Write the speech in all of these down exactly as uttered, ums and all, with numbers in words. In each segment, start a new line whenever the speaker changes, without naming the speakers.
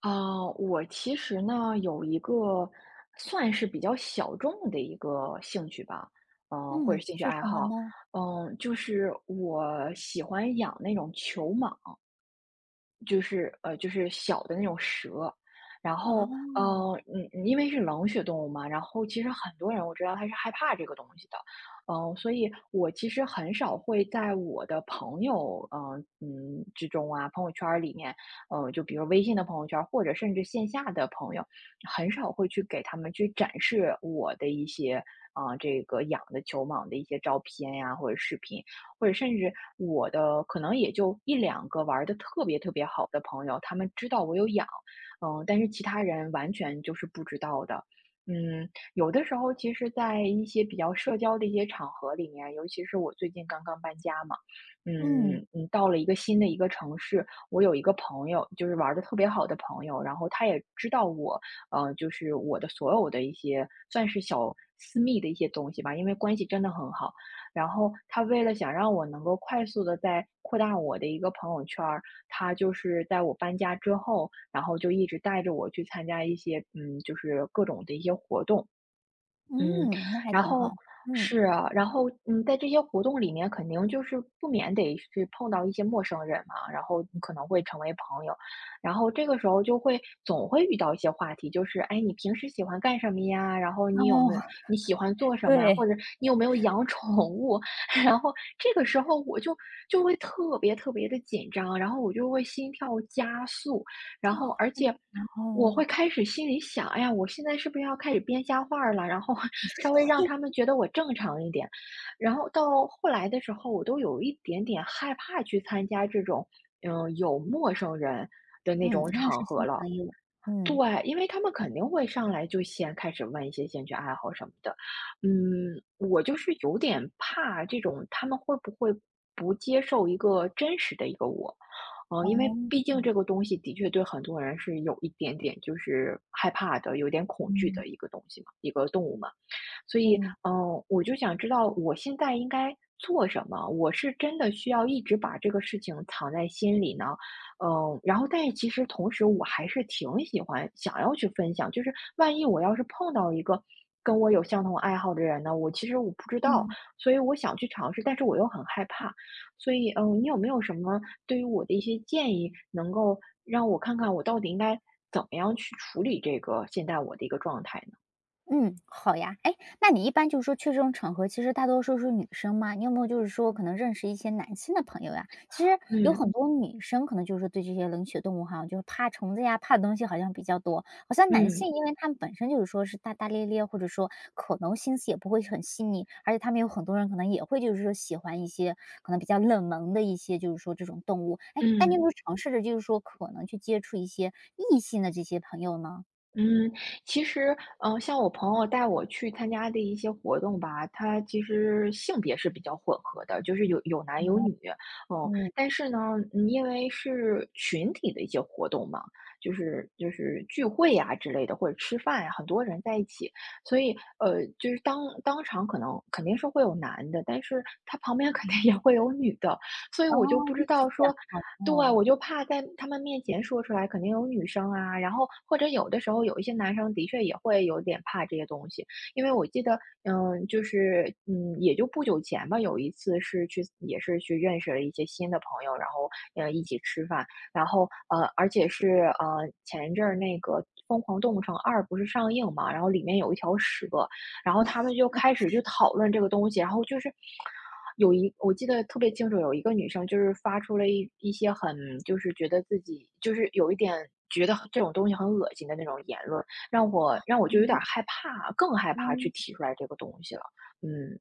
啊，我其实呢有一个算是比较小众的一个兴趣吧，嗯、或者
嗯，
兴趣
是
爱
什么
好。
呢？
嗯、就是我喜欢养那种球蟒，就是呃，就是小的那种蛇。然后呃，
哦，
嗯，嗯因为是冷血动物嘛，然后其实很多人我知道他是害怕这个东西的。嗯、所以我其实很少会在我的朋友，嗯、嗯之中啊，朋友圈儿里面，嗯，就比如微信的朋友圈儿，或者甚至线下的朋友，很少会去给他们去展示我的一些啊、这个养的球蟒的一些照片呀、或者视频，或者甚至我的可能也就一两个玩的特别特别好的朋友，他们知道我有养，嗯，但是其他人完全就是不知道的。嗯，有的时候其实在一些比较社交的一些场合里面，尤其是我最近刚刚搬家嘛，嗯
嗯，
嗯，到了一个新的一个城市。我有一个朋友，就是玩的特别好的朋友，然后他也知道我，呃，就是我的所有的一些算是小私密的一些东西吧，因为关系真的很好。然后他为了想让我能够快速的在扩大我的一个朋友圈儿，他就是在我搬家之后，然后就一直带着我去参加一些，嗯，就是各种的一些活动。嗯，
嗯，那还
然
挺好，
后
嗯，
是啊。然后嗯，在这些活动里面，肯定就是不免得是碰到一些陌生人嘛，然后你可能会成为朋友。然后这个时候就会总会遇到一些话题，就是哎，你平时喜欢干什么呀？然后
哦，
你有没有 你喜欢做什么呀？
对，
或者你有没有养宠物？然后这个时候我就就会特别特别的紧张，然后我就会心跳加速，然后而且我
哦，
会开始心里想，哎呀，我现在是不是要开始编瞎话儿了？然后 稍微让他们觉得我正常一点。然后到后来的时候，我都有一点点害怕去参加这种，嗯、有陌生人的那
嗯，
种
认
场
识
合
新
了。
朋友，
对。
嗯，
因为他们肯定会上来就先开始问一些兴趣爱好什么的，嗯，我就是有点怕这种他们会不会不接受一个真实的一个我。嗯，因为
哦，
毕竟
嗯，
这个东西的确对很多人是有一点点就是害怕的，有点恐惧
嗯，
的一个东西嘛，一个动物嘛。所以，
嗯。
嗯，我就想知道我现在应该做什么？我是真的需要一直把这个事情藏在心里呢？嗯，然后但是其实同时我还是挺喜欢想要去分享，就是万一我要是碰到一个跟我有相同爱好的人呢，我其实我不知道，
嗯
所以我想去尝试，但是我又很害怕。所以，嗯，你有没有什么对于我的一些建议，能够让我看看我到底应该怎么样去处理这个现在我的一个状态呢？
嗯，好呀。哎，那你一般就是说去这种场合，其实大多数是女生吗？你有没有就是说可能认识一些男性的朋友呀？其实有
嗯
很多女生可能就是说对这些冷血动物哈，就是怕虫子呀、怕的东西好像比较多。好像男
嗯。
性，因为他们本身就是说是大大咧咧，或者说可能心思也不会很细腻，而且他们有很多人可能也会就是说喜欢一些可能比较冷门的一些就是说这种动物。哎，那你有没
嗯
有尝试着就是说可能去接触一些异性的这些朋友呢？
嗯，其实，呃，像我朋友带我去参加的一些活动吧，它其实性别是比较混合的，就是有有男有女，嗯，
嗯。
但是呢，嗯因为是群体的一些活动嘛，就是就是聚会呀、之类的，或者吃饭呀、很多人在一起。所以呃，就是当当场可能肯定是会有男的，但是他旁边 肯定也会有女的。所以
哦，
我就不
一
知
起
道
讲
说。
好
对，
哦，
我就怕在他们面前说出来，肯定有女生啊，然后或者有的时候有一些男生的确也会有点怕这些东西。因为我记得，嗯，就是嗯，也就不久前吧，有一次是去也是去认识了一些新的朋友，然后呃一起吃饭，然后呃，而且是呃前一阵儿那个《疯狂动物城二》不是上映嘛，然后里面有一条蛇，然后他们就开始就讨论这个东西，然后就是有一我记得特别清楚，有一个女生就是发出了一一些很就是觉得自己就是有一点觉得这种东西很恶心的那种言论，让我让我就有点
嗯
害怕，更害怕去
嗯，
提出来这个东西了。嗯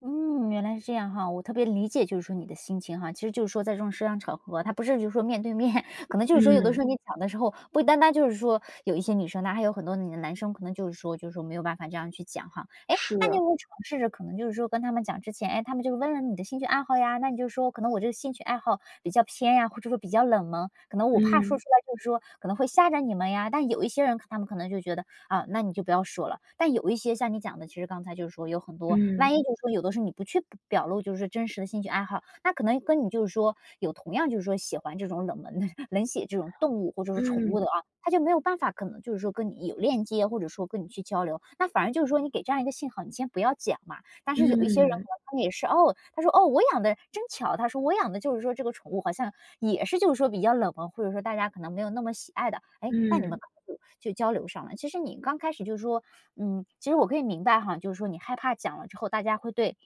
嗯，原来是这样哈，我特别理解就是说你的心情哈，其实就是说在这种社交场合，他不是就是说面对面，可能就是说有的时
嗯，
候你嗯讲的时候，不单单就是说有一些女生，那还有很多你的男生可能就是说就是说没有办法这样去讲哈。哎，那你
是，
有没有尝试着可能就是说跟他们讲之前，哎，他们就是问了你的兴趣爱好呀，那你就说可能我这个兴趣爱好比较偏呀，或者说比较冷门，可能我怕说
嗯
出来就是说可能会吓着你们呀，但有一些人他们可能就觉得，啊，那你就不要说了。但有一些像你讲的，其实刚才就是说有很多，
嗯
万一就是说有的时候你不去表露就是真实的兴趣爱好，那可能跟你就是说有同样就是说喜欢这种冷门的 冷血这种动物或者是宠
嗯
物的啊，他就没有办法可能就是说跟你有链接，或者说跟你去交流，那反而就是说你给这样一个信号，你先不要讲嘛，但是有一些人可
嗯
能他们也是哦，他说：“哦，我养的真巧。”他说：“我养的就是说这个宠物好像也是就是说比较冷门，或者说大家可能没有那么喜爱的。”哎，那你
嗯，
们可能就就交流上了。其实你刚开始就是说，嗯，其实我可以明白哈，就是说你害怕讲了之后，大家会对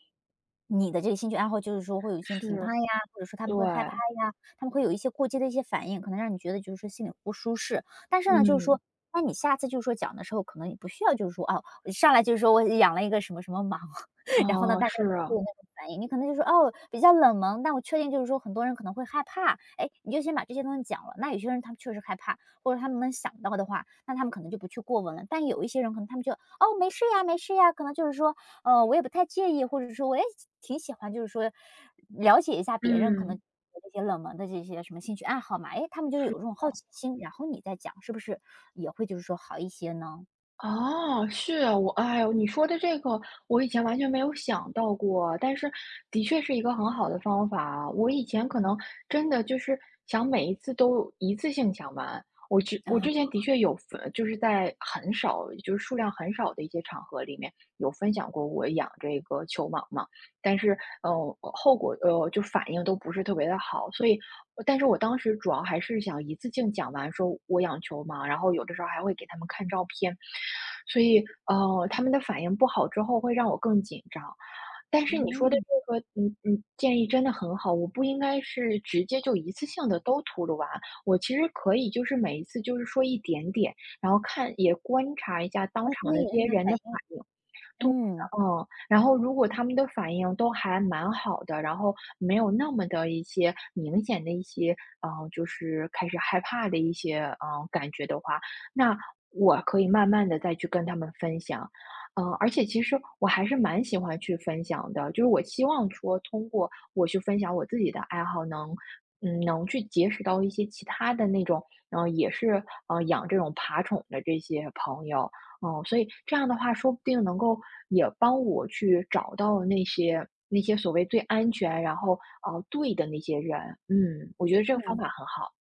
你的这个兴趣爱好就是说会有一些评
是，
判呀，或者说他们会害怕
对，
呀，他们会有一些过激的一些反应，可能让你觉得就是说心里不舒适。但是呢，就是
嗯，
说，那你下次就是说讲的时候，可能你不需要就是说，哦，上来就是说我养了一个什么什么蟒。然后呢，
哦，
大家
是
可能会
啊，
有那种反应，你可能就说：“哦，比较冷门。”但我确定就是说很多人可能会害怕，哎，你就先把这些东西讲了。那有些人他们确实害怕，或者他们能想到的话，那他们可能就不去过问了。但有一些人可能他们就：“哦，没事呀，没事呀。”可能就是说，呃，我也不太介意，或者说我也挺喜欢，就是说了解一下别人可能
嗯，
这些冷门的这些什么兴趣爱好嘛。哎，他们就
是。
有这种好奇心，然后你再讲，是不是也会就是说好一些呢？
哦，是啊，我哎呦，你说的这个我以前完全没有想到过，但是的确是一个很好的方法。我以前可能真的就是想每一次都一次性想完，我 之我
啊，
之前的确有分，就是在很少，就是数量很少的一些场合里面有分享过我养这个球蟒嘛。但是，呃，呃后果呃，就反应都不是特别的好。所以呃但是我当时主要还是想一次性讲完说我养球嘛，然后有的时候还会给他们看照片。所以，呃，他们的反应不好之后会让我更紧张。但是你嗯说的
嗯，
这个，嗯嗯，建议真的很好，我不应该是直接就一次性的都吐露完。我其实可以就是每一次就是说一点点，然后看也观察一下当
哎，对，
场的这些
让他
人
反
的反
应
应。对。
嗯，
嗯，然后如果他们的反应都还蛮好的，然后没有那么的一些明显的一些，嗯，就是开始害怕的一些，嗯，感觉的话，那我可以慢慢的再去跟他们分享。嗯，而且其实我还是蛮喜欢去分享的，就是我希望说通过我去分享我自己的爱好能嗯，能去结识到一些其他的那种，嗯也是，嗯，养这种爬宠的这些朋友。哦，所以这样的话，说不定能够也帮我去找到那些那些所谓最安全，然后呃对的那些人。嗯，我觉得这个方
嗯。
法很好。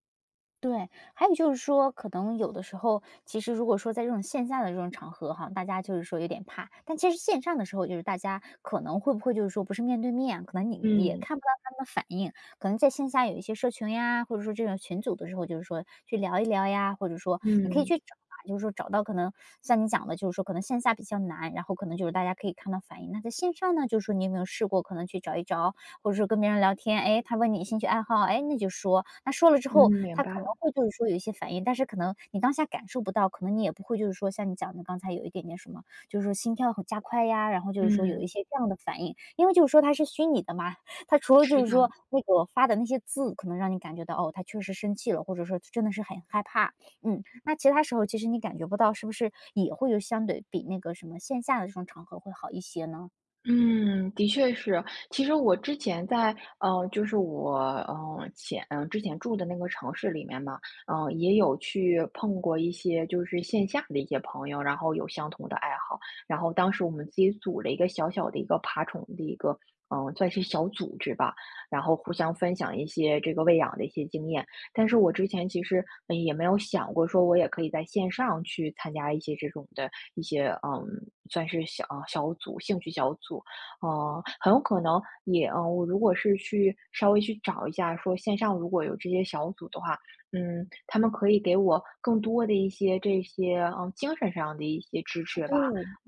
对，还有就是说，可能有的时候，其实如果说在这种线下的这种场合哈，大家就是说有点怕，但其实线上的时候，就是大家可能会不会就是说不是面对面，可能你也
嗯
看不到他们的反应，可能在线下有一些社群呀，或者说这种群组的时候，就是说去聊一聊呀，或者说
嗯
你可以
嗯
去找啊，就是说找到可能像你讲的，就是说可能线下比较难，然后可能就是大家可以看到反应。那在线上呢，就是说你有没有试过可能去找一找或者说跟别人聊天，哎，他问你兴趣爱好，哎，那就说。那说了之
嗯，
后，
明
他
白
可
了。
能会就是说有一些反应，但是可能你当下感受不到，可能你也不会就是说像你讲的刚才有一点点什么，就是说心跳很加快呀，然后就是说有一
嗯，
些这样的反应。因为就是说它是虚拟的嘛，它除了
是
就是说
的。
那个发的那些字，可能让你感觉到，哦，他确实生气了，或者说真的是很害怕。嗯，那其他时候其实你感觉不到，是不是也会有相对比那个什么线下的这种场合会好一些呢？
嗯，的确是。其实我之前在，呃，就是我，呃，前呃之前住的那个城市里面嘛，嗯、呃，也有去碰过一些就是线下的一些朋友，然后有相同的爱好，然后当时我们自己组了一个小小的一个爬虫的一个，嗯、算是小组织吧，然后互相分享一些这个喂养的一些经验。但是我之前其实呃也没有想过说我也可以在线上去参加一些这种的一些嗯，算是小小组、兴趣小组。嗯，很有可能也嗯，呃我如果是去稍微去找一下，说线上如果有这些小组的话，嗯，他们可以给我更多的一些这些嗯精神上的一些支持
对，
吧。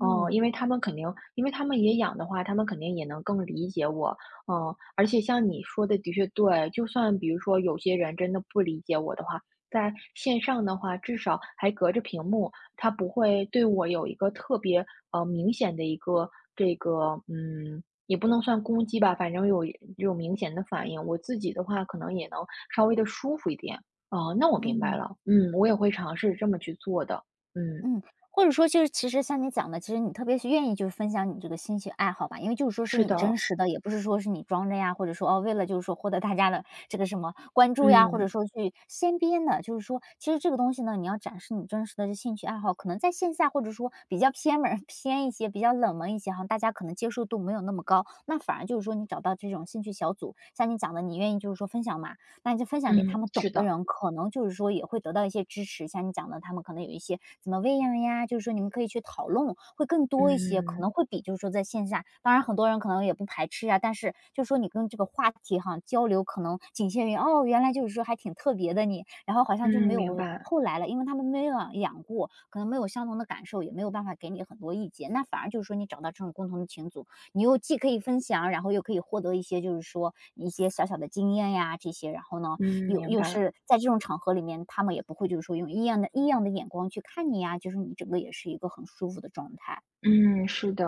嗯，因为他们肯定，因为他们也养的话，他们肯定也能更理解我。嗯，而且像你说的，的确对，就算比如说有些人真的不理解我的话，在线上的话，至少还隔着屏幕，它不会对我有一个特别，呃，明显的一个这个嗯，也不能算攻击吧，反正有有明显的反应。我自己的话可能也能稍微的舒服一点。哦，那我明白
嗯。
了，嗯，我也会尝试这么去做的。嗯，
嗯，或者说就是其实像你讲的，其实你特别愿意就是分享你这个兴趣爱好吧，因为就是说是
是
你真
的，
实的，也不是说是你装着呀，或者说哦为了就是说获得大家的这个什么关注呀，或者
嗯，
说去先编的，就是说其实这个东西呢，你要展示你真实的这兴趣爱好，可能在线下或者说比较偏门 偏一些，比较冷门一些哈，大家可能接受度没有那么高，那反而就是说你找到这种兴趣小组，像你讲的，你愿意就是说分享嘛，那你就分享给
嗯，
他们懂
是
的
的，
人，可能就是说也会得到一些支持。像你讲的，他们可能有一些怎么喂养呀，就是说你们可以去讨论，会更多一些，可
嗯，
能会比就是说在线下，当然很多人可能也不排斥啊，但是就是说你跟这个话题哈交流，可能仅限于哦，原来就是说还挺特别的你，然后好像就
嗯，
没
明
有
白，
后来了，因为他们没有养过，可能没有相同的感受，也没有办法给你很多意见，那反而就是说你找到这种共同的情组，你又既可以分享，然后又可以获得一些就是说一些小小的经验呀这些，然后呢
嗯，
又
明
又
白。
是在这种场合里面，他们也不会就是说用异样的异样的眼光去看你啊，就是你整个也是一个很舒服的状态。
嗯，是的，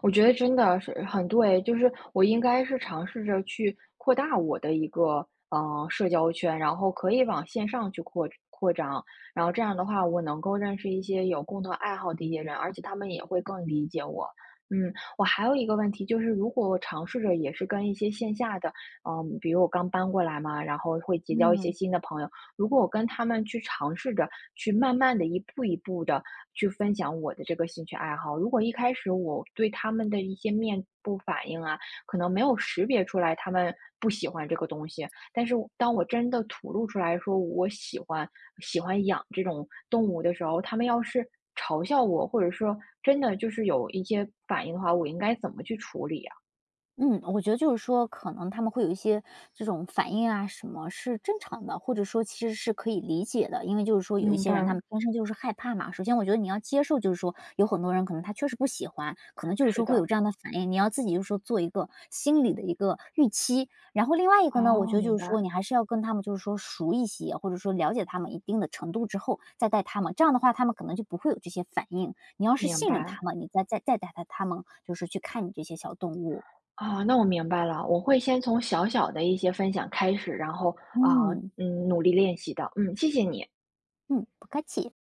我觉得真的是很对，就是我应该是尝试着去扩大我的一个呃社交圈，然后可以往线上去扩扩张，然后这样的话，我能够认识一些有共同爱好的一些人，而且他们也会更理解我。嗯，我还有一个问题就是，如果我尝试着也是跟一些线下的，嗯，比如我刚搬过来嘛，然后会结交一些
嗯。
新的朋友，如果我跟他们去尝试着去慢慢的一步一步的去分享我的这个兴趣爱好。如果一开始我对他们的一些面部反应啊，可能没有识别出来他们不喜欢这个东西，但是我当我真的吐露出来说我喜欢喜欢养这种动物的时候，他们要是嘲笑我，或者说真的就是有一些反应的话，我应该怎么去处理啊？
嗯，我觉得就是说，可能他们会有一些这种反应啊，什么是正常的，或者说其实是可以理解的。因为就是说，有一
明
些人他
白，
们天生就是害怕嘛。首先，我觉得你要接受，就是说有很多人可能他确实不喜欢，可能就是
是
说会有
的，
这样的反应。你要自己就是说做一个心理的一个预期。然后另外一个呢，我
哦，
觉得
明
就是
白，
说，你还是要跟他们就是说熟一些，或者说了解他们一定的程度之后再带他们。这样的话，他们可能就不会有这些反应。你要是
明
信任他
白。
们，你再再再带他他们就是去看你这些小动物。
啊，那我明白了，我会先从小小的一些分享开始，然后啊，
嗯
嗯，努力练习的。嗯，谢谢你。
嗯，不客气。